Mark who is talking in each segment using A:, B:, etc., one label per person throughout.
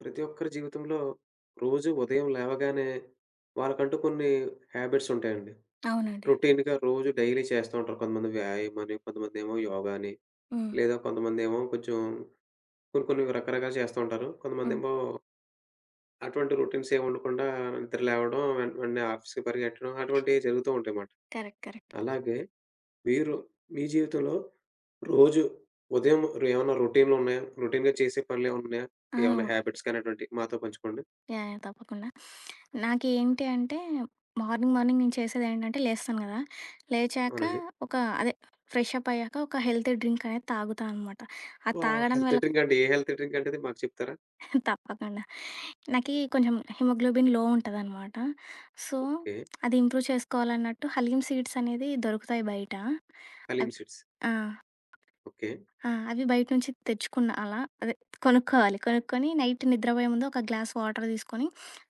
A: ప్రతి ఒక్కరి జీవితంలో రోజు ఉదయం లేవగానే వాళ్ళకంటూ కొన్ని హ్యాబిట్స్ ఉంటాయండి.
B: అవునండి.
A: రొటీన్‌గా రోజు డైలీ చేస్తూ ఉంటారు. కొంతమంది వ్యాయామం అని, కొంతమంది ఏమో యోగా అని,
B: హ్మ్.
A: లేదా కొంతమంది ఏమో కొంచెం కొన్ని కొన్ని రకరకాలు చేస్తూ ఉంటారు.
B: హ్మ్.
A: కొంతమందేమో అటువంటి రొటీన్స్ ఏమి ఉండకుండా నిద్ర లేవడం, వెంటనే ఆఫీస్‌కి పరిగెట్టడం అటువంటివి జరుగుతూ ఉంటాయన్నమాట.
B: కరెక్ట్. కరెక్ట్.
A: అలాగే మీరు మీ జీవితంలో రోజు ఉదయం ఏమన్నా రొటీన్‌లున్నాయా? రొటీన్‌గా చేసే పనులేమన్నా ఉన్నాయా?
B: ఆ!
A: ఏమన్నా
B: అవును.
A: హ్యాబిట్స్ కానీ అటువంటివి మాతో పంచుకోండి.
B: యాహ్! యాహ్! తప్పకుండా. నాకేంటి అంటే మార్నింగ్ నేను చేసేదేంటంటే లేస్తాను గదా! లేచాక
A: అవునండి.
B: ఒక అదే ఫ్రెష్ అప్ అయ్యాక ఒక హెల్తీ డ్రింక్ అనేది తాగుతా అనమాట. అది
A: వావ్!
B: తాగడం
A: హెల్త్
B: వల్ల
A: డ్రింక్ అండి. ఏ హెల్త్ డ్రింక్ అండి అది మాకు చెప్తారా?
B: తప్పకుండా. నాకి కొంచెం హిమోగ్లోబిన్ లో ఉంటదనమాట. So,
A: okay.
B: అది ఇంప్రూవ్ చేసుకోవాలన్నట్టు హలీమ్ సీడ్స్ అనేది దొరుకుతాయి బయట.
A: హలీమ్
B: అద్
A: సీడ్స్.
B: ఆ!
A: ఓకే.
B: ఆ! అవి బయట నుంచి తెచ్చుకున్న అలా అదే కొనుక్కోవాలి. కొనుక్కొని నైట్ నిద్రపోయే ముందు ఒక గ్లాస్ వాటర్ తీసుకొని,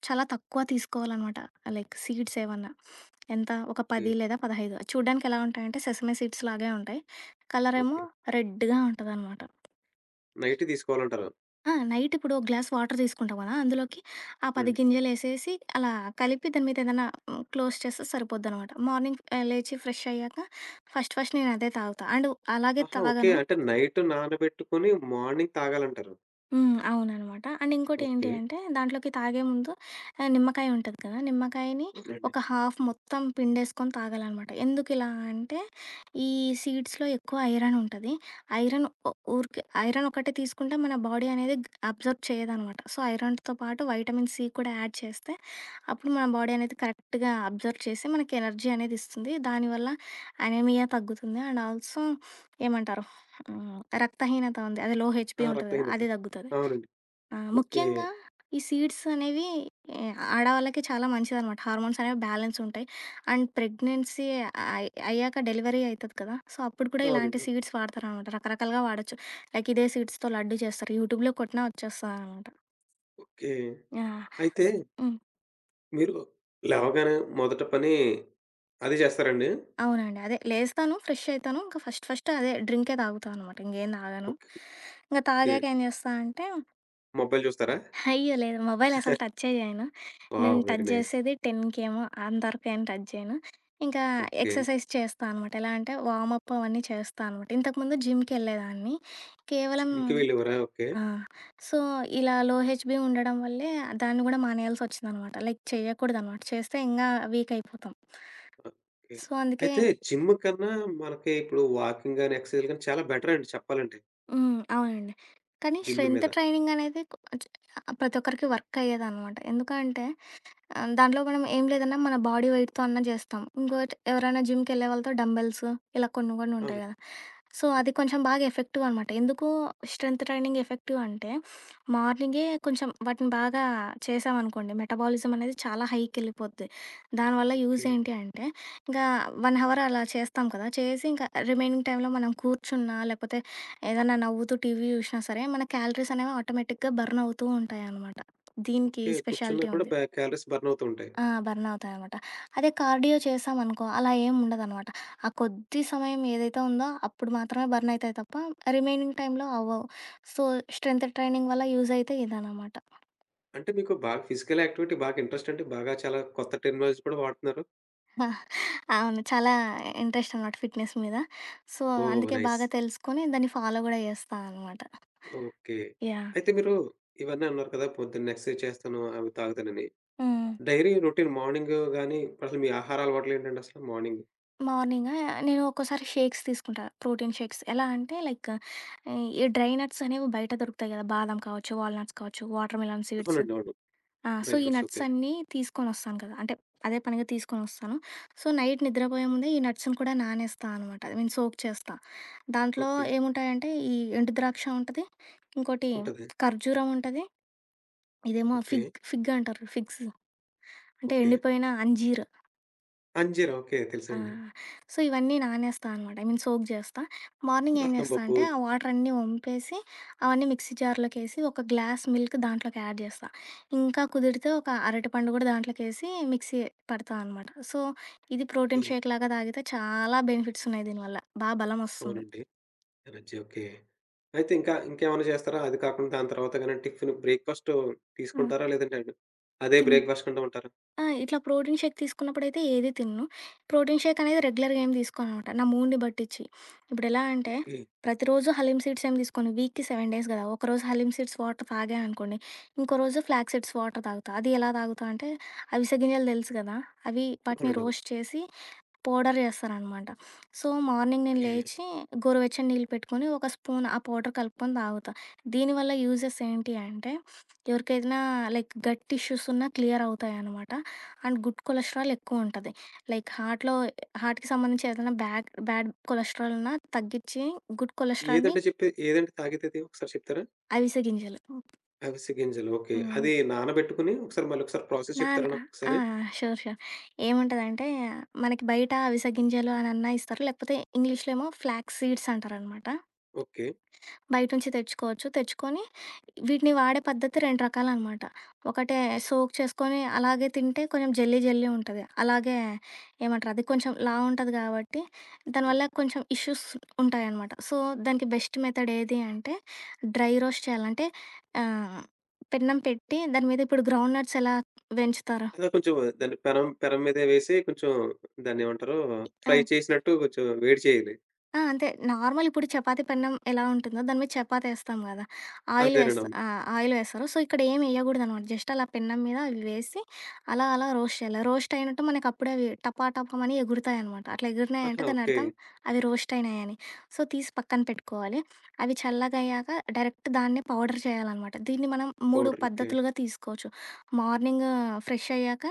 B: చాలా తక్కువ తీసుకోవాలనమాట. లైక్ సీడ్స్ ఏవన్నా. ఎంత ఒక
A: ఓకే.
B: 10 లేదా 15, చూడ్డానికి ఎలా ఉంటాయంటే సెసమే సీడ్స్ లాగే ఉంటాయి. కలరేమో
A: ఓకే.
B: రెడ్‌గా ఉంటదనమాట.
A: నైట్ తీసుకోవాలంటారు.
B: ఆ! నైట్ ఇప్పుడు ఒక గ్లాస్ వాటర్ తీసుకుంటాం కదా! అందులోకి ఆ 10
A: అవునండి.
B: గింజలేసేసి అలా కలిపి దాని మీద ఏదైనా హ్మ్, క్లోజ్ చేస్తే సరిపోద్దనమాట. మార్నింగ్ లేచి ఫ్రెష్ అయ్యాక ఫస్ట్ ఫస్ట్ నేనదే తాగుతా. అండ్ అలాగే
A: ఆహా! ఓకే.
B: తాగను.
A: అంటే నైట్ నానబెట్టుకొని మార్నింగ్ తాగాలంటారు.
B: హ్మ్. అవుననమాట. అండ్ ఇంకోటి ఏంటి
A: ఓకే.
B: అంటే దాంట్లోకి తాగే ముందు నిమ్మకాయ ఉంటది కదా! నిమ్మకాయని
A: అవునండి.
B: ఒక హాఫ్ మొత్తం పిండేసుకొని తాగాలనమాట. ఎందుకిలా అంటే ఈ సీడ్స్‌లో ఎక్కువ ఐరన్ ఉంటది. ఐరన్ ఊరికే ఐరన్ ఒకటే తీసుకుంటే మన బాడీ అనేది అబ్జర్బ్ చేయదనమాట. సో, ఐరన్‌తో పాటు వైటమిన్ C కూడా యాడ్ చేస్తే అప్పుడు మన బాడీ అనేది కరెక్ట్‌గా అబ్జర్బ్ చేసి మనకి ఎనర్జీ అనేది ఇస్తుంది. దానివల్ల అనీమియా తగ్గుతుంది. అండ్ ఆల్సో ఏమంటారు? హ్మ్. రక్తహీనత ఉంది. అదే లో HB
A: ఆ!
B: ఉంటది కదా!
A: రక్తహీనత.
B: అది తగ్గుతది.
A: అవునండి.
B: ఆ!
A: ఓకే.
B: ముఖ్యంగా ఈ సీడ్స్ అనేవి ఆడవాళ్ళకి చాలా మంచిదనమాట. హార్మోన్స్ అనేవి బ్యాలెన్స్ ఉంటాయి. అండ్ ప్రెగ్నెన్సీ అయ్యాక డెలివరీ అయితది కదా! సో, అప్పుడు కూడా ఇలాంటి
A: అవునండి.
B: సీడ్స్ వాడతారనమాట. రకరకాలుగా వాడొచ్చు. లైక్ ఇదే సీడ్స్‌తో లడ్డు చేస్తారు. యూట్యూబ్‌లో కొట్టినా వచ్చేస్తదనమాట.
A: ఓకే.
B: యాహ్!
A: అయితే
B: హ్మ్.
A: మీరు లేవగానే మొదట పని అది చేస్తారండి?
B: అవునండి. అదే లేస్తాను, ఫ్రెష్ అయితాను. ఇంకా ఫస్ట్ ఫస్ట్ అదే డ్రింకే తాగుతా అనమాట. ఇంకేం తాగను.
A: ఓకే.
B: ఇంక తాగాక ఏం చేస్తా అంటే
A: మొబైల్ చూస్తారా?
B: అయ్యో! లేదు. మొబైల్ అసలు టచ్చే చేయను.
A: వావ్!
B: నేను
A: వెరీ
B: టచ్
A: నైస్.
B: చేసేది 10కేమో, అంతవరకు ఏం టచ్ చేయను. ఇంకా
A: ఓకే.
B: ఎక్సర్సైజ్ చేస్తా అనమాట. ఎలా అంటే వార్మప్ అవన్నీ చేస్తా అనమాట. ఇంతకుముందు జిమ్‌కెళ్ళేదాన్ని. కేవలం
A: జిమ్‌కి వెళ్ళేవారా? ఓకే.
B: ఆ! సో, ఇలా లో HB ఉండడం వల్లే దాన్ని కూడా మానేయాల్సొచ్చిందనమాట. లైక్ చేయకూడదనమాట. చేస్తే ఇంగా వీక్ అయిపోతాం.
A: ఓకే.
B: సో, అందుకే
A: అయితే జిమ్ కన్నా మనకి ఇప్పుడు వాకింగ్ గాని, ఎక్సర్‌సైజ్ గాని చాలా బెటర్ అండి చెప్పాలంటే
B: హ్మ్. అవునండి. కానీ
A: జిమ్
B: స్ట్రెంత్
A: మీద.
B: ట్రైనింగ్ అనేది కొ చ్ ప్రతి ఒక్కరికి వర్క్ అయ్యేదనమాట. ఎందుకంటే దాంట్లో మనం ఏం లేదన్నా మన బాడీ వెయిట్‌తో అన్నా చేస్తాం. ఇంకోటి ఎవరైనా జిమ్‌కెళ్ళే వాళ్ళతో డంబెల్స్ ఇలా కొన్ని కొన్ని
A: అవును.
B: ఉంటాయి కదా! సో, అది కొంచెం బాగా ఎఫెక్టివ్ అనమాట. ఎందుకు స్ట్రెంత్ ట్రైనింగ్ ఎఫెక్టివ్ అంటే మార్నింగే కొంచెం వాటిని బాగా చేశామనుకోండి, మెటబాలిజం అనేది చాలా హైకెళ్ళిపోద్ది. దానివల్ల
A: ఓకే.
B: యూజ్ ఏంటి అంటే ఇంకా 1 అవర్ అలా చేస్తాం కదా! చేసి ఇంకా రిమైనింగ్ టైమ్‌లో మనం కూర్చున్నా లేకపోతే ఏదన్నా నవ్వుతూ TV చూసినా సరే మన క్యాలరీస్ అనేవి ఆటోమేటిక్‌గా బర్న్ అవుతూ ఉంటాయనమాట. దీనికి
A: ఓకే. కూర్చున్నా
B: స్పెషాలిటీ
A: కూడా
B: ఉంది.
A: క్యాలరీస్ బర్న్ అవుతూ ఉంటాయి.
B: ఆ! బర్నవుతాయనమాట. అదే కార్డియో చేశామనుకో అలా ఏం ఉండదనమాట. ఆ కొద్ది సమయం ఏదైతే ఉందో అప్పుడు మాత్రమే బర్నయితాయి తప్ప రిమైనింగ్ టైంలో అవ్వవు. సో, స్ట్రెంత్ ట్రైనింగ్ వల్ల యూజ్ అయితే ఇదనమాట.
A: అంటే మీకు బాగా ఫిజికల్ యాక్టివిటీ బాగా ఇంట్రెస్ట్ అండి. బాగా చాలా కొత్త టెక్నాలజీ కూడా వాడుతున్నారు.
B: అవును. చాలా ఇంట్రెస్ట్ అనమాట ఫిట్‌నెస్ మీద. So,
A: oh!
B: అందుకే
A: నైస్.
B: బాగా తెలుసుకొని దాన్ని ఫాలో గూడా చేస్తా అనమాట.
A: ఓకే.
B: యాహ్!
A: అయితే మీరు ఇవన్నీ అన్నారు కదా! పొద్దున్న ఎక్సర్‌సైజ్ చేస్తాను, అవి తాగుతానని.
B: హ్మ్.
A: డైలీ రొటీన్ మార్నింగ్ గాని, అసలు మీ ఆహార అలవాట్లు ఏంటండి అసలు మార్నింగ్?
B: మార్నింగ్ నేను ఒక్కోసారి షేక్స్ తీసుకుంటా. Protein shakes. ఎలా అంటే లైక్ ఈ డ్రై నట్స్ అనేవి బయట దొరుకుతాయి గదా! బాదం కావచ్చు, వాల్‌నట్స్ కావచ్చు, వాటర్ మిలన్ సీడ్స్.
A: అవునండి. అవును.
B: ఆ! సో,
A: డ్రై
B: ఈ
A: ఫ్రూట్స్.
B: Nuts
A: okay.
B: అన్నీ తీసుకొనొస్తాను కదా! అంటే అదే పనిగా తీసుకొనొస్తాను. సో, నైట్ నిద్రపోయే ముందే ఈ నట్స్‌ని కూడా నానేస్తా అనమాట. ఐ మీన్ సోక్ చేస్తా. దాంట్లో
A: ఓకే.
B: ఏముంటాయంటే ఈ ఎండు ద్రాక్ష ఉంటది. ఇంకోటి
A: ఉంటది.
B: ఖర్జూరం ఉంటది. ఇదేమో
A: ఓకే.
B: ఫిగ్ ఫిగ్ అంటారు. ఫిగ్స్ అంటే
A: ఓకే.
B: ఎండిపోయిన అంజీర్.
A: అంజీరా ఓకే.
B: ఆ!
A: తెలుసండి.
B: సో, ఇవన్నీ నానేస్తా అనమాట. ఐ మీన్ సోక్ జేస్తా. మార్నింగ్ ఏం
A: బాదం
B: జేస్తా
A: పప్పు.
B: అంటే, ఆ వాటరన్నీ ఒంపేసి, అవన్నీ మిక్సీ జార్‌లోకేసి, ఒక గ్లాస్ మిల్క్ దాంట్లోకి యాడ్ జేస్తా. ఇంకా కుదిరితే ఒక అరటిపండు గూడా దాంట్లోకేసి మిక్సీ పడతా అనమాట. సో, ఇది
A: ఓకే.
B: ప్రోటీన్ షేక్ లాగా తాగితే చాలా బెనిఫిట్సున్నాయి దీనివల్ల. బా బలమొస్తుంది.
A: అవునండి. Energy okay. అయితే ఇంకా ఇంకేమైనా చేస్తారా? అది కాకుండా దాని తర్వాత గాని టిఫిన్ బ్రేక్‌ఫాస్ట్
B: హ్మ్.
A: తీసుకుంటారా? లేదంటే అండి అదే
B: తిన్
A: బ్రేక్‌ఫాస్ట్ కంటూ ఉంటారా?
B: ఆ! ఇట్లా ప్రోటీన్ షేక్ తీసుకున్నప్పుడైతే ఏది తినను. ప్రోటీన్ షేక్ అనేది రెగ్యులర్‌గా ఏం తీసుకోననమాట. నా మూడ్‌ని బట్టిచ్చి. ఇప్పుడెలా అంటే,
A: ఓకే.
B: ప్రతిరోజు హలీమ్ సీడ్స్ ఏం తీసుకోను. వీక్‌కి 7 డేస్ గదా! ఒకరోజు హలీమ్ సీడ్స్ వాటర్ తాగా అనుకోండి, ఇంకో రోజు ఫ్లాక్స్ సీడ్స్ వాటర్ తాగుతా. అది ఎలా తాగుతా అంటే, అవిసె గింజలు తెలుసు గదా! అవి వాటిని
A: అవునండి. అవును.
B: రోస్ట్ చేసి పౌడర్ చేస్తాననమాట. సో, మార్నింగ్ నేను
A: ఓకే.
B: లేచి గోరువెచ్చని నీళ్ళు పెట్టుకొని, ఒక స్పూన్ ఆ పౌడర్ కలుపుకొని తాగుతా. దీనివల్ల యూజెస్ ఏంటి అంటే, ఎవరికైనా లైక్ గట్ ఇష్యూస్ ఉన్నా క్లియర్ అవుతాయనమాట. అండ్ గుడ్ కొలెస్ట్రాల్ ఎక్కువుంటది. లైక్ హార్ట్‌లో హార్ట్‌కి సంబంధించి ఏదైనా బ్యాడ్ బ్యాడ్ కొలెస్ట్రాల్ ఉన్నా తగ్గించి, గుడ్ కొలెస్ట్రాల్‌ని
A: ఏదంటే చెప్పే ఏదంటే తాగేదది ఒకసారి చెప్తారా?
B: అవిసె గింజలు.
A: అవిసె గింజలు ఓకే.
B: హ్మ్.
A: అది నానబెట్టుకొని ఒకసారి మళ్ళీ ఒకసారి ప్రాసెస్
B: నా
A: చెప్తారా
B: ఆ!
A: నాకొకసారి?
B: షూర్. షూర్. ఏముంటదంటే, మనకి బయట అవిసె గింజలు అనన్నా ఇస్తారు. లేకపోతే ఇంగ్లీష్‌లో ఏమో ఫ్లాక్స్ సీడ్స్ అంటారనమాట.
A: ఓకే.
B: బయట నుంచి తెచ్చుకోవచ్చు. తెచ్చుకొని వీటిని వాడే పద్ధతి 2 రకాలనమాట. ఒకటే సోక్ చేసుకొని అలాగే తింటే కొంచెం జెల్లీ జెల్లీ ఉంటది. అలాగే ఏమంటారు అది కొంచెం లావు ఉంటది కాబట్టి దానివల్ల
A: అవును.
B: కొంచెం ఇష్యూస్ ఉంటాయనమాట. సో, దానికి బెస్ట్ మెథడ్ ఏది అంటే డ్రై రోస్ట్ చేయాలి. అంటే ఆహ్, పెన్నం పెట్టి దాని మీద ఇప్పుడు గ్రౌండ్ నట్స్ ఎలా వెంచుతారు.
A: అలా కొంచెం దాన్ని పెనం పెనం మీద వేసి కొంచెం దాన్నేమంటారు?
B: ఆ!
A: ఫ్రై చేసినట్టు కొంచెం వేడి చేయాలి.
B: ఆ! అంతే. నార్మల్ ఇప్పుడు చపాతీ పెన్నం ఎలా ఉంటుందో దాని మీద చపాతేస్తాం గదా! ఆయిల్
A: అంతేనండి.
B: వేస్తా.
A: అవును.
B: ఆ! ఆయిల్ వేస్తారు. సో, ఇక్కడ ఏమి ఎయగూడదనమాట. జస్ట్ అలా పెన్నం మీద అవి వేసి అలా అలా రోస్ట్ చేయాలి. రోస్ట్ అయినట్టు మనకు అప్పుడే అవి టపా టపమని ఎగురుతాయనమాట. అట్లా
A: ఆహా!
B: ఎగిరినాయంటే
A: ఓకే.
B: దానర్థం అవి రోస్ట్ అయినాయని. సో, తీసి పక్కన పెట్టుకోవాలి. అవి చల్లగయ్యాక డైరెక్ట్ దాన్నే పౌడర్ చేయాలనమాట. దీన్ని మనం 3
A: పౌడర్ ఓకే.
B: పద్ధతులుగా తీసుకోవచ్చు. మార్నింగ్ ఫ్రెష్ అయ్యాక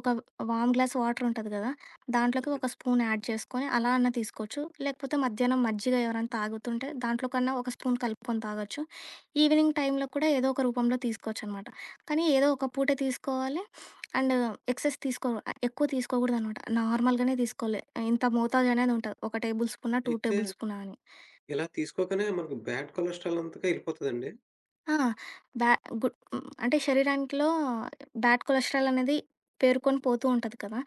B: ఒక వామ్ గ్లాస్ వాటర్ ఉంటది గదా! దాంట్లోకి ఒక
A: అవునండి.
B: స్పూన్ యాడ్ చేసుకొని అలా అన్నా తీసుకోవచ్చు. లేకపోతే మధ్యాహ్నం మజ్జిగ ఎవరైనా తాగుతుంటే దాంట్లో కన్నా ఒక స్పూన్ కలుపుకొని తాగొచ్చు. ఈవినింగ్ టైంలో కూడా ఏదో ఒక రూపంలో తీసుకోవచ్చనమాట. కానీ ఏదో ఒక పూటే తీసుకోవాలి. అండ్ ఎక్సెస్ తీసుకో ఎక్కువ తీసుకోకూడదనమాట. నార్మల్‌గానే తీసుకోవాలి. ఇంత మోతాదు అనేది ఉంటది. ఒక టేబుల్ స్పూనా, 2
A: అయితే
B: టేబుల్ స్పూనా అని.
A: ఇలా తీసుకోకనే మనకు బ్యాడ్ కొలెస్ట్రాల్ అంతగా ఎళ్ళిపోతదండి?
B: ఆ! బ్యా గుడ్ హ్మ్. అంటే శరీరానికిలో బ్యాడ్ కొలెస్ట్రాల్ అనేది పేరుకొని పోతూ ఉంటది కదా!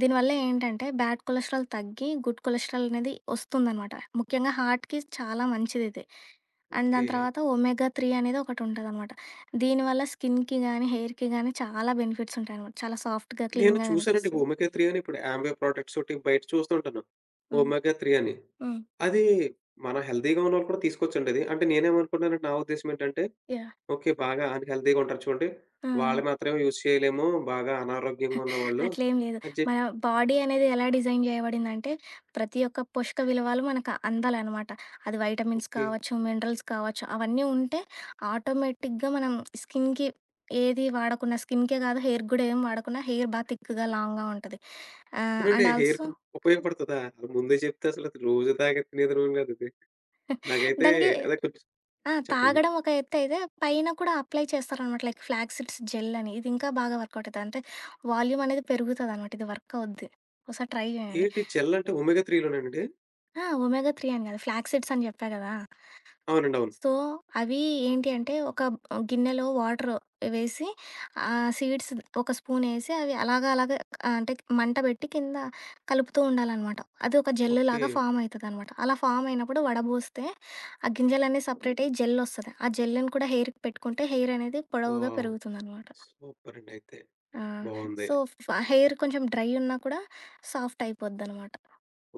B: దీనివల్ల ఏంటంటే బ్యాడ్ కొలెస్ట్రాల్ తగ్గి గుడ్ కొలెస్ట్రాల్ అనేది ఒస్తుందనమాట. ముఖ్యంగా హార్ట్‌కి చాలా మంచిదిది. And
A: okay.
B: దాని తర్వాత ఒమేగా 3 అనేది ఒకటుంటదనమాట. దీనివల్ల స్కిన్‌కి గానీ, హెయిర్‌కి గానీ చాలా బెనిఫిట్స్ ఉంటాయనమాట. చాలా సాఫ్ట్‌గా,
A: నేను
B: క్లీన్‌గా
A: చూసానండి
B: కనిపిస్తది.
A: ఒమెగా 3 అని ఇప్పుడు యాంబే ప్రొడక్ట్స్ ఒకటి బయట చూస్తుంటాను.
B: హ్మ్.
A: ఒమెగా 3 అని.
B: హ్మ్.
A: అది మన హెల్తీగా ఉన్నోళ్ళు కూడా తీసుకోవచ్చండి అది. అంటే నేనేమనుకున్నానంటే నా ఉద్దేశ్యం ఏంటంటే,
B: యాహ్!
A: ఓకే. బాగా అన్‌హెల్తీగా ఉంటారు చూడండి.
B: ఆ!
A: వాళ్ళు మాత్రమే యూజ్ చేయలేము. బాగా అనారోగ్యంగా ఉన్నవాళ్ళు
B: అట్లేం లేదు.
A: అని చెప్పి
B: మన బాడీ అనేది ఎలా డిజైన్ చేయబడిందంటే, ప్రతి ఒక్క పోషక విలువలు మనకు అందాలనమాట. అది వైటమిన్స్
A: ఓకే.
B: కావచ్చు, మినరల్స్ కావచ్చు, అవన్నీ ఉంటే ఆటోమేటిక్‌గా మనం స్కిన్‌కి ఏది వాడకున్నా, స్కిన్‌కే కాదు హెయిర్‌కి గూడా ఏం వాడకున్నా హెయిర్ బా థిక్‌గా, లాంగ్‌గా ఉంటది.
A: అవునండి.
B: అండ్ ఆల్సో
A: హెయిర్‌కి ఉపయోగపడుతదా? అది ముందే చెప్తే అసలు అది రోజు తాగే తినేదాన్ని కాదు ఇది. నాకైతే
B: దానికి
A: అదే కొంచెం
B: ఆ!
A: చెప్పండి.
B: తాగడం ఒక ఎత్తయితే, పైన కూడా అప్లై చేస్తారనమాట. లైక్ ఫ్లాక్సీడ్స్ జెల్ అని. ఇది ఇంకా బాగా వర్కౌట్ అయితది. అంటే వాల్యూమ్ అనేది పెరుగుతదనమాట. ఇది వర్క్ అవుద్ది. ఒకసారి ట్రై చేయండి.
A: ఏంటి జెల్ అంటే ఒమెగా 3 లోనేనండి?
B: ఆ! ఒమేగా 3 అని కాదు. ఫ్లాక్సిడ్స్ అని చెప్పా కదా!
A: అవునండి. అవును.
B: సో, అవి ఏంటి అంటే ఒక గిన్నెలో వాటర్ వేసి ఆ సీడ్స్ ఒక స్పూన్ ఏసి అవి అలాగ అలాగ ఆ, అంటే మంట పెట్టి కింద కలుపుతూ ఉండాలనమాట. అది ఒక జెల్
A: ఓకే.
B: లాగా ఫామ్ అయితదనమాట. అలా ఫామ్ అయినప్పుడు వడబోస్తే ఆ గింజలన్నీ సెపరేట్ అయ్యి జెల్ ఒస్తది. ఆ జెల్‌ని కూడా హెయిర్‌కి పెట్టుకుంటే హెయిర్ అనేది పొడవుగా
A: వావ్!
B: పెరుగుతుందనమాట.
A: సూపరండి అయితే.
B: ఆ!
A: బావుంది.
B: సో, హెయిర్ కొంచెం డ్రై ఉన్నా కూడా సాఫ్ట్ అయిపోద్దనమాట.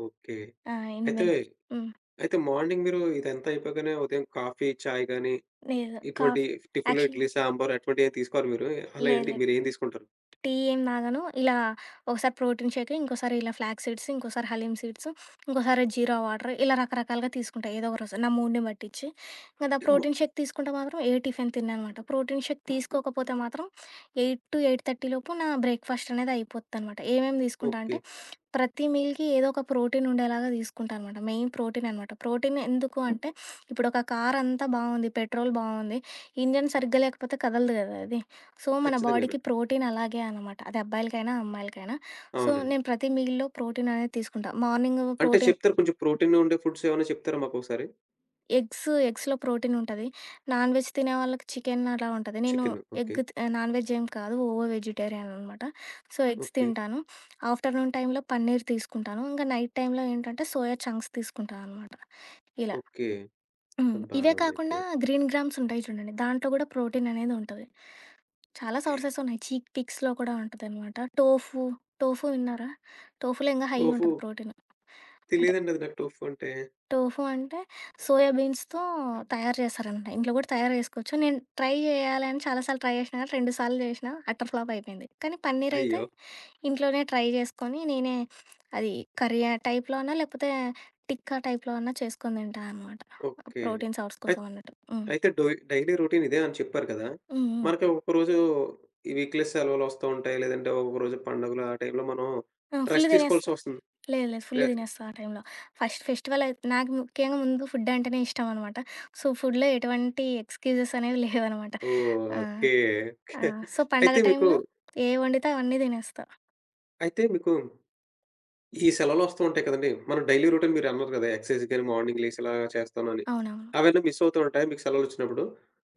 A: ఓకే.
B: ఆ! ఎనివే
A: అయితే,
B: హ్మ్.
A: అయితే మార్నింగ్ మీరు ఇదంతా అయిపోగానే ఉదయం కాఫీ, చాయ్ గాని,
B: లేదు.
A: ఇటువంటి టిఫిన్‌లో
B: యాక్చువల్
A: ఇడ్లీ, సాంబార్ అటువంటియేం తీసుకోరా మీరు? అలా
B: లేదు
A: ఏంటి
B: లేదు.
A: మీరేం తీసుకుంటారు?
B: టీ ఏం తాగను. ఇలా ఒకసారి ప్రోటీన్ షేక్, ఇంకోసారి ఇలా ఫ్లాక్స్ సీడ్స్, ఇంకోసారి హలీమ్ సీడ్స్, ఇంకోసారి జీరా వాటర్, ఇలా రకరకాలుగా తీసుకుంటా ఏదో ఒక రోజు నా మూడ్‌ని పట్టించి. ఇంక
A: అంటే మ
B: ప్రోటీన్ షేక్ తీసుకుంటే మాత్రం ఏ టిఫిన్ తినననమాట. ప్రోటీన్ షేక్ తీసుకోకపోతే మాత్రం 8:00 టు 8:30 లోపు నా బ్రేక్‌ఫాస్ట్ అనేది అయిపోద్దనమాట. ఏమేమి తీసుకుంటా
A: ఓకే.
B: అంటే ప్రతి మీల్‌కి ఏదో ఒక ప్రోటీన్ ఉండేలాగా తీసుకుంటా అనమాట. మెయిన్ ప్రోటీన్ అనమాట. ప్రోటీన్ ఎందుకు అంటే ఇప్పుడు ఒక కార్ అంతా బావుంది. పెట్రోల్ బావుంది. ఇంజిన్ సరిగ్గా లేకపోతే కదలదు కదా! అది. సో, మన
A: ఖచ్చితంగానండి.
B: బాడీకి ప్రోటీన్ అలాగే అనమాట. అది అబ్బాయిలకైనా, అమ్మాయిలకైనా. సో,
A: అవునండి.
B: నేను ప్రతి మీల్‌లో ప్రోటీన్ అనేది తీసుకుంటా. మార్నింగ్
A: అంటే
B: ప్రోటీన్
A: చెప్తారా కొంచెం ప్రోటీన్ ఉండే ఫుడ్స్ ఏమైనా చెప్తారా మాకొకసారి?
B: ఎగ్స్‌లో ప్రోటీన్ ఉంటది. నాన్ వెజ్ తినే వాళ్ళకి చికెన్ అలా ఉంటది. నేను
A: చికెను.
B: Egg
A: okay.
B: తి నాన్ వెజ్ ఏం కాదు. ఓవో వెజిటేరియన్ అనమాట. So, eggs
A: okay.
B: తింటాను. ఆఫ్టర్‌నూన్ టైంలో పన్నీర్ తీసుకుంటాను. ఇంకా నైట్ టైంలో ఏంటంటే సోయా చంక్స్ తీసుకుంటా అనమాట. ఇలా.
A: ఓకే.
B: హ్మ్.
A: అది
B: ఇవే
A: బానే
B: కాకుండా
A: ఉందయితే.
B: గ్రీన్ గ్రామ్స్ ఉంటాయి చూడండి. దాంట్లో గూడా ప్రోటీన్ అనేది ఉంటది. చాలా సోర్సెస్ ఉన్నాయి. చీక్ పిక్స్‌లో కూడా ఉంటదనమాట. టోఫు, టోఫు విన్నారా? టోఫులో ఇంగా హై
A: టోఫు
B: ఉంటది ప్రోటీన్. అంటే
A: తెలీదండి అది నాకు టోఫు అంటే.
B: టోఫు అంటే సోయా బీన్స్‌తో తయారు చేస్తారనమాట. ఇంట్లో కూడా తయారు చేసుకోవచ్చు. నేను ట్రై చేయాలని చాలా సార్లు ట్రై చేసినా గానీ, 2 సార్లు చేసినా అట్టర్ ఫ్లాప్ అయిపోయింది. కానీ పన్నీర్ అయితే
A: అయ్యో!
B: ఇంట్లోనే ట్రై చేసుకొని, నేనే అది కర్రీ టైప్‌లో అన్నా, లేకపోతే టిక్కా టైప్‌లో అన్నా చేసుకొని తింటా అనమాట.
A: ఓకే.
B: ప్రోటీన్ సోర్స్ కోసం అన్నట్టు. హ్మ్.
A: అయితే డైలీ రొటీన్ ఇదే అని చెప్పారు కదా!
B: హ్మ్. హ్మ్.
A: మనకి ఒక్కరోజు ఈ వీక్‌లీ సెలవులొస్తూ ఉంటాయి. లేదంటే ఒక్కొక్కరోజు పండుగలు ఆ టైంలో మనం
B: ఆ! ఫుల్
A: రెస్ట్
B: తినేస్తా.
A: తీసుకోవాల్సొస్తుంది.
B: లేదు లేదు. ఫుల్
A: రె
B: తినేస్తా ఆ టైంలో. ఫస్ట్ ఫెస్టివల్ అయి నాకు ముఖ్యంగా ముందు ఫుడ్ అంటేనే ఇష్టం అనమాట. సో, ఫుడ్‌లో ఎటువంటి ఎక్స్‌క్యూజెస్ అనేవి లేవనమాట.
A: ఓ,
B: ఆ!
A: ఓకే.
B: ఆ!
A: ఓకే.
B: సో,
A: అయితే
B: పండగ
A: మీకు
B: టైంలో ఏవి వండితే అవన్నీ తినేస్తా.
A: అయితే మీకు ఈ సెలవులొస్తూ ఉంటాయి కదండీ! మన డైలీ రొటీన్ మీరన్నారు కదా! ఎక్సర్సైజ్ గాని, మార్నింగ్ లేసి ఇలా చేస్తానని.
B: అవునవును.
A: అవన్నీ మిస్ అవుతూ ఉంటాయా మీకు సెలవులొచ్చినప్పుడు?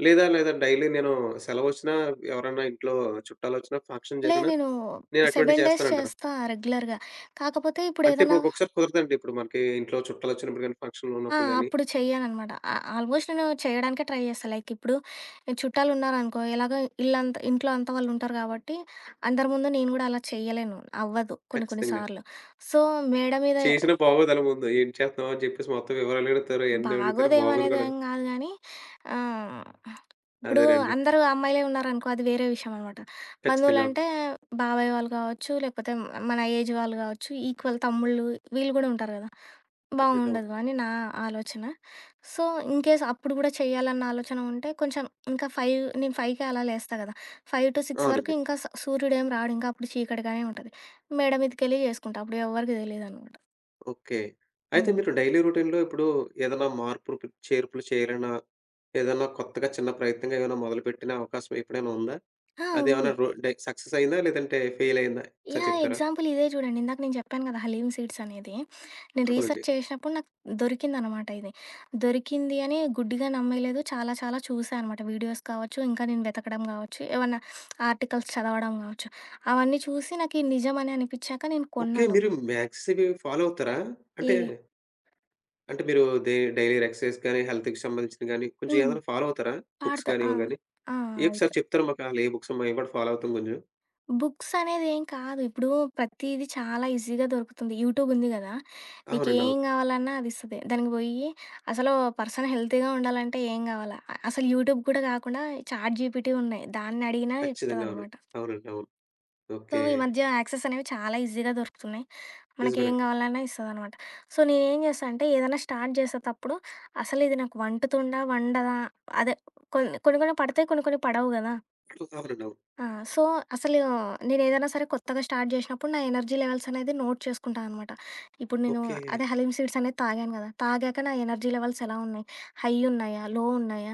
A: లేదా లేదా డైలీ నేను సెలవొచ్చినా, ఎవరైనా ఇంట్లో చుట్టాలొచ్చినా, ఫంక్షన్ జరిగినా
B: నేను
A: నేను
B: 7
A: అటువంటివి
B: డేస్
A: చేస్తానంటారా?
B: చేస్తా రెగ్యులర్‌గా. కాకపోతే
A: అంటే
B: ఇప్పుడేదన్నా
A: ఇప్పుడు ఒక్కొక్కసారి కుదరదండి. ఇప్పుడు మనకి ఇంట్లో చుట్టాలొచ్చినప్పుడు గాని, ఫంక్షన్‌లో
B: ఆ!
A: ఉన్నప్పుడు గాని
B: అప్పుడు చెయ్యననమాట. ఆ ఆల్మోస్ట్ నేను చేయడానికే ట్రై చేస్తా. లైక్ ఇప్పుడు చుట్టాలున్నారనుకో, ఎలాగో ఇల్లంతా ఇంట్లో అంతా వాళ్ళుంటారు కాబట్టి అందరి ముందు నేను గూడా అలా చెయ్యలేను. అవ్వదు కొన్ని కొన్ని
A: ఖచ్చితంగా.
B: సార్లు. సో, మేడ మీద
A: చేసినా బాగోదలా ముందు. "ఏం చేస్తున్నావు?" అని చెప్పేసి మొత్తం వివరాలు అడుగుతారు. ఎన్ని అడుగుతారో బాగోదు
B: బాగోదేమనేది
A: కూడాను.
B: ఏం గాదు గానీ, ఆహ్, ఇప్పుడు
A: అదేనండి.
B: అందరూ అమ్మాయిలే ఉన్నారనుకో అది వేరే విషయం అనమాట.
A: ఖచ్చితంగా. అవును.
B: బంధువులంటే బాబాయ్ వాళ్ళు గావచ్చు, లేకపోతే మన ఏజ్ వాళ్ళు గావచ్చు, ఈక్వల్ తమ్ముళ్ళు వీళ్ళు గూడా ఉంటారు గదా!
A: అవునండి. అవును.
B: బావుండదు అని నా ఆలోచన. సో, ఇన్‌కేస్ అప్పుడు గూడా చేయాలన్న ఆలోచన ఉంటే కొంచెం ఇంకా 5 నేను 5కే అలా లేస్తా గదా! 5-6 వరకు
A: అవునండి.
B: ఇంకా సూర్యుడేం రాడు. ఇంకా అప్పుడు చీకటిగానే ఉంటది. మేడ మీదకెళ్ళి జేసుకుంటా. అప్పుడు ఎవ్వరికీ తెలీదనమాట.
A: ఓకే. అయితే
B: హ్మ్.
A: మీరు డైలీ రొటీన్‌లో ఇప్పుడు ఏదైనా మార్పులు, చేర్పులు చేయాలన్నా, ఏదన్నా కొత్తగా చిన్న ప్రయత్నంగా ఏమైనా మొదలుపెట్టిన అవకాశం ఎప్పుడైనా ఉందా?
B: ఆ! ఉంది.
A: అదేమన్నా రో డై సక్సెస్ అయిందా? లేదంటే ఫెయిల్ అయిందా? ఒకసారి
B: యాహ్!
A: చెప్తారా?
B: ఎగ్జాంపుల్ ఇదే చూడండి. ఇందాక నేను చెప్పాను కదా! హలీమ్ సీడ్స్ అనేది. నేను
A: అవునండి.
B: రీసెర్చ్ చేసినప్పుడు నాకు దొరికిందనమాట ఇది. దొరికింది అని గుడ్డిగా నమ్మేయలేదు. చాలా చాలా చూసా అనమాట. వీడియోస్ కావచ్చు, ఇంకా నేను వెతకడం కావచ్చు, ఏమన్నా ఆర్టికల్స్ చదవడం కావచ్చు. అవన్నీ చూసి నాకు ఇది నిజమని అనిపిచ్చాక నేను
A: ఓకే.
B: కొన్నాను.
A: మీరు మ్యాథ్స్ ఇవి ఫాలో అవుతారా? అంటే
B: ఏవి
A: అంటే మీరు డైలీ ఎక్సర్‌సైజ్ గాని, హెల్త్‌కి సంబంధించింది గాని, కొంచెం
B: హ్మ్.
A: ఏదైనా ఫాలో అవుతారా? బుక్స్
B: వాడతా.
A: గాని,
B: ఆ!
A: ఇవి గాని?
B: ఆ!
A: ఏ ఒకసారి
B: అది.
A: చెప్తారా మాకు అసలు ఏ బుక్స్ మేము కూడా ఫాలో అవుతాం కొంచెం?
B: బుక్స్ అనేదేం కాదు. ఇప్పుడు ప్రతీది చాలా ఈజీగా దొరుకుతుంది. యూట్యూబ్ ఉంది గదా!
A: అవునండి. అవును.
B: నీకేం గావాలన్నా అదిస్తది. దానికి బొయ్యి అసలు పర్సన్ హెల్తీగా ఉండాలంటే ఏం గావాలా? అసలు యూట్యూబ్ కూడా గాకుండా చాట్ GPT ఉన్నాయి. దాన్నడిగినా
A: ఖచ్చితంగా అవును.
B: చెప్తదనమాట.
A: అవునండి. అవును.
B: So,
A: okay.
B: ఈ మధ్య యాక్సెస్ అనేవి చాలా ఈజీగా దొరుకుతున్నాయి. మనకేం
A: నిజమేనండి.
B: గావాలన్నా ఇస్తదనమాట. సో, నేనేం చేశా అంటే ఏదైనా స్టార్ట్ చేసేటప్పుడు అసలిది నాకు వంటుతుందా? వండదా? అదే కొన్ని కొన్ని కొన్ని పడతాయి. కొన్ని కొన్ని పడవు గదా!
A: అవునండి. అవును.
B: ఆ! సో, అసలు నేనేదైనా సరే కొత్తగా స్టార్ట్ జేసినప్పుడు నా ఎనర్జీ లెవెల్స్ అనేది నోట్ చేసుకుంటా అనమాట. ఇప్పుడు నేను
A: ఓకే.
B: అదే హలీం సీడ్స్ అనేది తాగాను గదా! తాగాక నా ఎనర్జీ లెవెల్స్ ఎలా ఉన్నాయి? హై ఉన్నాయా? లో ఉన్నాయా?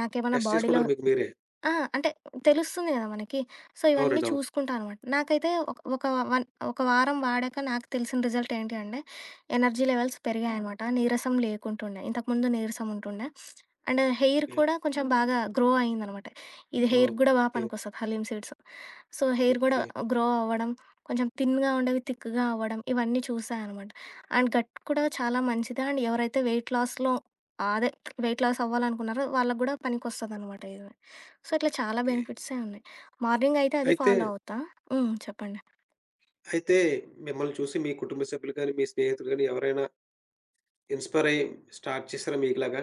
B: నాకేమన్నా
A: టెస్ట్
B: బాడీలో
A: చేసుకుంటారు మీకు మీరే.
B: ఆ! అంటే తెలుస్తుంది గదా మనకి. సో, ఇవన్నీ
A: అవునండి. అవును.
B: చూసుకుంటా అనమాట. నాకైతే ఒక ఒక వన్ ఒక వారం వాడాక నాకు తెలిసిన రిజల్ట్ ఏంటి అంటే ఎనర్జీ లెవెల్స్ పెరిగాయనమాట. నీరసం లేకుంటుండే. ఇంతకుముందు నీరసం ఉంటుండే. And hair
A: okay.
B: కూడా కొంచెం బాగా గ్రో అయిందనమాట. ఇది హెయిర్‌కి గూడా బా
A: ఓకే.
B: పనికొస్తది హలీం సీడ్స్. సో, హెయిర్ గూడా
A: ఓకే.
B: గ్రో అవ్వడం, కొంచెం థిన్‌గా ఉండేవి థిక్‌గా అవ్వడం, ఇవన్నీ చూసా అనమాట. అండ్ గట్ కూడా చాలా మంచిది. అండ్ ఎవరైతే వెయిట్ లాస్‌లో అదే వెయిట్ లాస్ అవ్వాలనుకున్నారో వాళ్ళకి గూడా పనికొస్తదనమాట ఇది. సో, ఇట్లా చాలా
A: ఓకే.
B: బెనిఫిట్సే ఉన్నాయి. మార్నింగ్ అయితే అది
A: అయితే,
B: ఫాలో అవుతా. హ్మ్. చెప్పండి.
A: అయితే మిమ్మల్ని చూసి మీ కుటుంబ సభ్యులు గాని, మీ స్నేహితులు గాని ఎవరైనా ఇన్‌స్పైర్ అయ్యి స్టార్ట్ చేసారా మీకులాగా?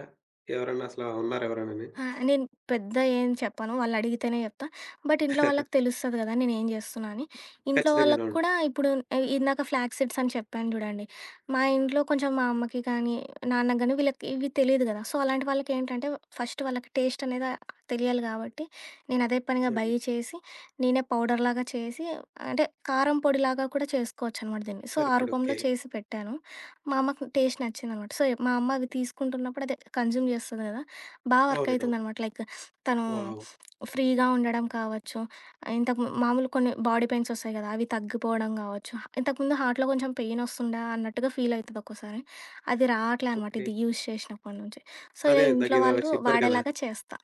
A: ఎవరైనా అసలు ఉన్నారా ఎవరైనాని?
B: ఆ! నేను పెద్ద ఏం చెప్పను. వాళ్ళడిగితేనే చెప్తా. బట్ ఇంట్లో వాళ్ళకి తెలుస్తది గదా! నేనేం జేస్తున్నా అని. ఇంట్లో
A: ఖచ్చితంగాను.
B: వాళ్ళకి
A: అవును.
B: కూడా ఇప్పుడు ఇందాక ఫ్లాగ్ సీడ్స్ అని చెప్పాను జూడండి. మా ఇంట్లో కొంచెం మా అమ్మకి కానీ, నాన్నకి గానీ వీళ్ళకి ఇవి తెలీదు గదా! సో, అలాంటి వాళ్ళకేంటంటే ఫస్ట్ వాళ్ళకి టేస్ట్ అనేది తెలియాలి గాబట్టి, నేనదే పనిగా బై
A: అవునండి.
B: చేసి, నేనే పౌడర్‌లాగా చేసి అంటే కారం పొడిలాగా కూడా చేసుకోవచ్చనమాట దీన్ని. సో, ఆ
A: కరపడి.
B: రూపంలో
A: ఓకే.
B: చేసి పెట్టాను. మా అమ్మకి టేస్ట్ నచ్చిందనమాట. సో, మా అమ్మ అవి తీసుకుంటున్నప్పుడు అదే కన్జ్యూమ్ జేస్తది గదా! బా వర్క్
A: అవునండి. అవును.
B: అయితుందనమాట. లైక్ తను
A: వావ్!
B: ఫ్రీగా ఉండడం కావచ్చు. ఇంతకు ము మామూలు కొన్ని బాడీ పెయిన్స్ ఒస్తాయి గదా! అవి తగ్గిపోవడం గావచ్చు. ఇంతకుముందు హార్ట్‌లో కొంచెం పెయిన్ ఒస్తుండా అన్నట్టుగా ఫీల్ అయితది ఒక్కోసారి. అది రావట్లే అనమాట
A: ఓకే.
B: ఇది యూజ్ చేసినప్పటి నుంచి. సో,
A: అదే
B: ఇలా ఇంట్లో
A: ఇందాకేదో
B: వాళ్ళు
A: చెప్పారు కదా!
B: వాడేలాగా చేస్తా.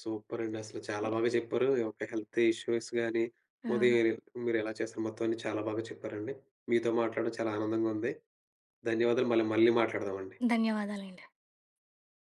A: సూపరండి. అసలు చాలా బాగా చెప్పారు. ఒక హెల్త్ ఇష్యూస్ గాని,
B: ఆ!
A: ఉదయం మీరెలా చేస్తారు మొత్తం అన్నీ చాలా బాగా చెప్పారండి. మీతో మాట్లాడడం చాలా ఆనందంగా ఉంది. ధన్యవాదాలు. మళ్ళీ మళ్ళీ మాట్లాడదామండి.
B: ధన్యవాదాలండి.